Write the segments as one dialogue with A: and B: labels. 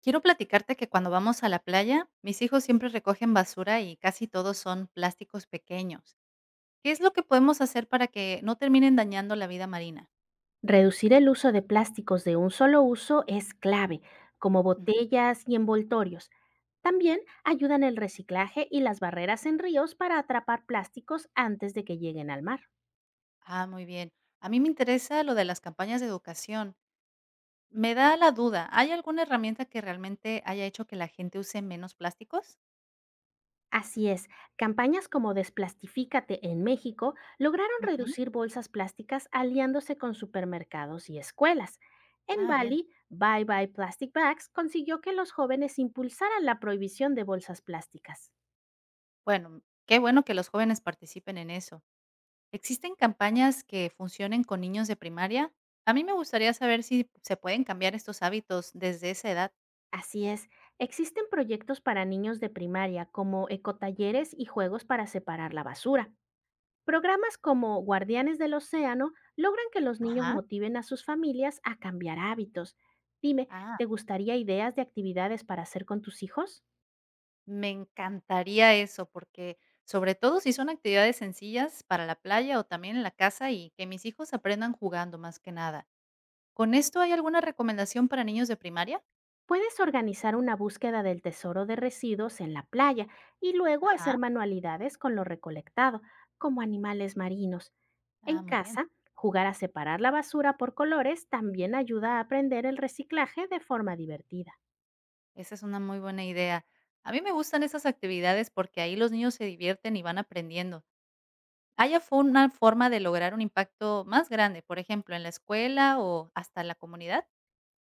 A: Quiero platicarte que cuando vamos a la playa, mis hijos siempre recogen basura y casi todos son plásticos pequeños. ¿Qué es lo que podemos hacer para que no terminen dañando la vida marina?
B: Reducir el uso de plásticos de un solo uso es clave, como
A: Ujú.
B: botellas y envoltorios. También ayudan el reciclaje y las barreras en ríos para atrapar plásticos antes de que lleguen al mar.
A: Ah, muy bien. A mí me interesa lo de las campañas de educación. Me da la duda, ¿hay alguna herramienta que realmente haya hecho que la gente use menos plásticos?
B: Así es, campañas como Desplastifícate en México lograron
A: Ujú.
B: reducir bolsas plásticas aliándose con supermercados y escuelas. En
A: Ah, bien.
B: Bali, Bye Bye Plastic Bags consiguió que los jóvenes impulsaran la prohibición de bolsas plásticas.
A: Bueno, qué bueno que los jóvenes participen en eso. ¿Existen campañas que funcionen con niños de primaria? A mí me gustaría saber si se pueden cambiar estos hábitos desde esa edad.
B: Así es, existen proyectos para niños de primaria como ecotalleres y juegos para separar la basura. Programas como Guardianes del Océano logran que los niños
A: Ajá.
B: motiven a sus familias a cambiar hábitos. Dime,
A: Ah,
B: ¿te gustaría ideas de actividades para hacer con tus hijos?
A: Me encantaría eso, porque sobre todo si son actividades sencillas para la playa o también en la casa y que mis hijos aprendan jugando más que nada. ¿Con esto hay alguna recomendación para niños de primaria?
B: Puedes organizar una búsqueda del tesoro de residuos en la playa y luego
A: Ajá.
B: hacer manualidades con lo recolectado, como animales marinos.
A: Ah,
B: En
A: muy bien.
B: casa, jugar a separar la basura por colores también ayuda a aprender el reciclaje de forma divertida.
A: Esa es una muy buena idea. A mí me gustan esas actividades porque ahí los niños se divierten y van aprendiendo. Haya fo ¿Una forma de lograr un impacto más grande, por ejemplo, en la escuela o hasta la comunidad?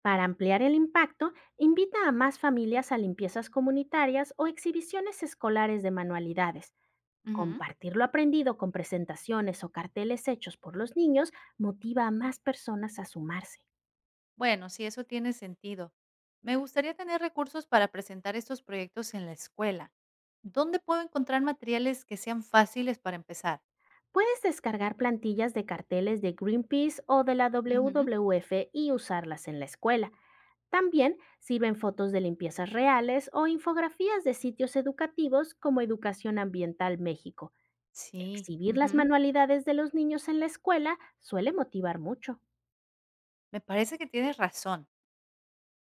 B: Para ampliar el impacto, invita a más familias a limpiezas comunitarias o exhibiciones escolares de manualidades.
A: Ujú.
B: Compartir lo aprendido con presentaciones o carteles hechos por los niños motiva a más personas a sumarse.
A: Bueno, sí, eso tiene sentido. Me gustaría tener recursos para presentar estos proyectos en la escuela. ¿Dónde puedo encontrar materiales que sean fáciles para empezar?
B: Puedes descargar plantillas de carteles de Greenpeace o de la
A: Ujú.
B: WWF y usarlas en la escuela. También sirven fotos de limpiezas reales o infografías de sitios educativos como Educación Ambiental México.
A: Sí,
B: Exhibir las
A: ujú,
B: manualidades de los niños en la escuela suele motivar mucho.
A: me parece que tienes razón.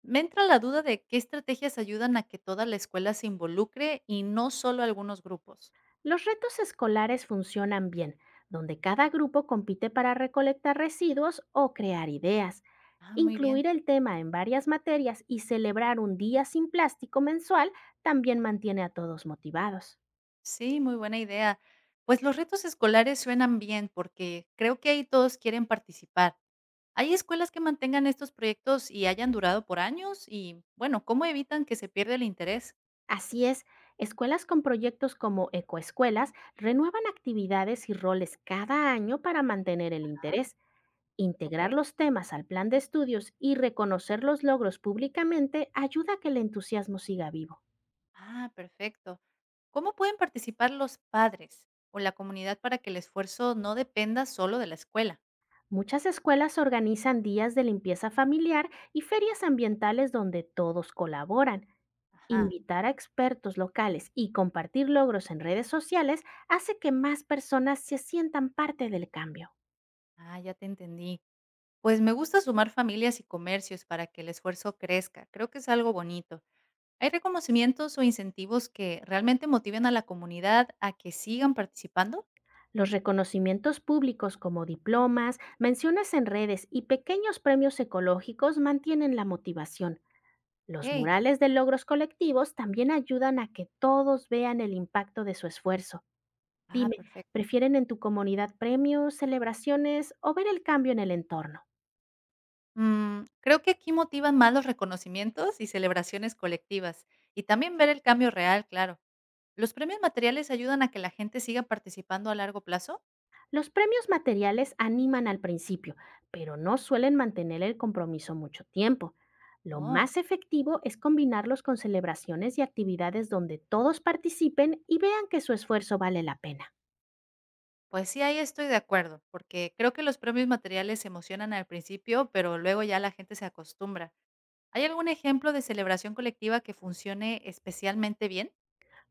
A: Me entra la duda de qué estrategias ayudan a que toda la escuela se involucre y no solo algunos grupos.
B: Los retos escolares funcionan bien, donde cada grupo compite para recolectar residuos o crear ideas.
A: Ah, muy bien.
B: Incluir el tema en varias materias y celebrar un día sin plástico mensual también mantiene a todos motivados.
A: Sí, muy buena idea. Pues los retos escolares suenan bien porque creo que ahí todos quieren participar. ¿Hay escuelas que mantengan estos proyectos y hayan durado por años? Y bueno, ¿cómo evitan que se pierda el interés?
B: Así es, escuelas con proyectos como ecoescuelas renuevan actividades y roles cada año para mantener el interés.
A: Ok.
B: Integrar los temas al plan de estudios y reconocer los logros públicamente ayuda a que el entusiasmo siga vivo.
A: Ah, perfecto. ¿Cómo pueden participar los padres o la comunidad para que el esfuerzo no dependa solo de la escuela?
B: Muchas escuelas organizan días de limpieza familiar y ferias ambientales donde todos colaboran.
A: Ajá.
B: Invitar a expertos locales y compartir logros en redes sociales hace que más personas se sientan parte del cambio.
A: Ah, ya te entendí. Pues me gusta sumar familias y comercios para que el esfuerzo crezca. Creo que es algo bonito. ¿Hay reconocimientos o incentivos que realmente motiven a la comunidad a que sigan participando?
B: Los reconocimientos públicos como diplomas, menciones en redes y pequeños premios ecológicos mantienen la motivación. Los
A: Ok.
B: murales de logros colectivos también ayudan a que todos vean el impacto de su esfuerzo.
A: Ah,
B: Dime,
A: perfecto.
B: ¿prefieren en tu comunidad premios, celebraciones o ver el cambio en el entorno?
A: Creo que aquí motivan más los reconocimientos y celebraciones colectivas y también ver el cambio real, claro. ¿Los premios materiales ayudan a que la gente siga participando a largo plazo?
B: Los premios materiales animan al principio, pero no suelen mantener el compromiso mucho tiempo. Lo
A: Oh,
B: más efectivo es combinarlos con celebraciones y actividades donde todos participen y vean que su esfuerzo vale la pena.
A: pues sí, ahí estoy de acuerdo, porque creo que los premios materiales se emocionan al principio, pero luego ya la gente se acostumbra. ¿Hay algún ejemplo de celebración colectiva que funcione especialmente bien?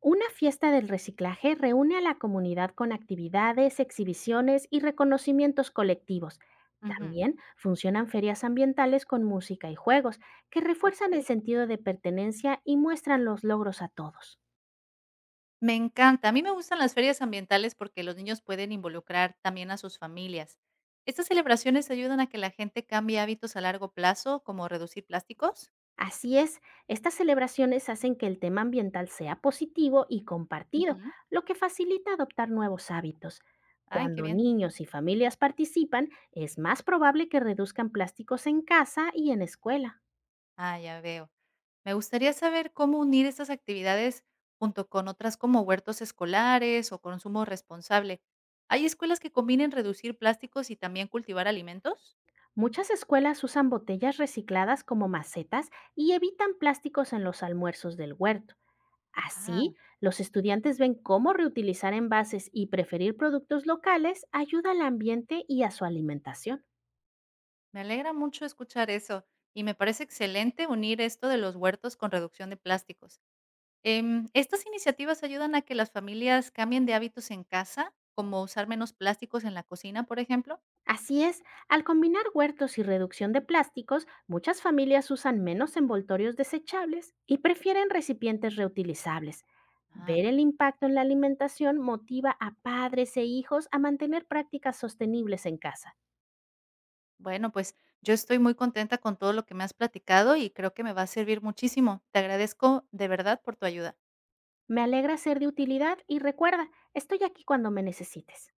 B: Una fiesta del reciclaje reúne a la comunidad con actividades, exhibiciones y reconocimientos colectivos.
A: Ujú.
B: También funcionan ferias ambientales con música y juegos, que refuerzan el
A: Ok.
B: sentido de pertenencia y muestran los logros a todos.
A: Me encanta. A mí me gustan las ferias ambientales porque los niños pueden involucrar también a sus familias. ¿Estas celebraciones ayudan a que la gente cambie hábitos a largo plazo, como reducir plásticos?
B: Así es, estas celebraciones hacen que el tema ambiental sea positivo y compartido,
A: Ujú.
B: lo que facilita adoptar nuevos hábitos.
A: Ay, qué
B: Cuando
A: bien.
B: niños y familias participan, es más probable que reduzcan plásticos en casa y en escuela.
A: Ah, ya veo. Me gustaría saber cómo unir estas actividades junto con otras como huertos escolares o consumo responsable. ¿Hay escuelas que combinen reducir plásticos y también cultivar alimentos?
B: Muchas escuelas usan botellas recicladas como macetas y evitan plásticos en los almuerzos del huerto.
A: Ah,
B: Así, los estudiantes ven cómo reutilizar envases y preferir productos locales ayuda al ambiente y a su alimentación.
A: me alegra mucho escuchar eso y me parece excelente unir esto de los huertos con reducción de plásticos. ¿Estas iniciativas ayudan a que las familias cambien de hábitos en casa, como usar menos plásticos en la cocina, por ejemplo?
B: Así es, al combinar huertos y reducción de plásticos, muchas familias usan menos envoltorios desechables y prefieren recipientes reutilizables.
A: Ah,
B: Ver el impacto en la alimentación motiva a padres e hijos a mantener prácticas sostenibles en casa.
A: bueno, pues yo estoy muy contenta con todo lo que me has platicado y creo que me va a servir muchísimo. Te agradezco de verdad por tu ayuda.
B: Me alegra ser de utilidad y recuerda, estoy aquí cuando me necesites.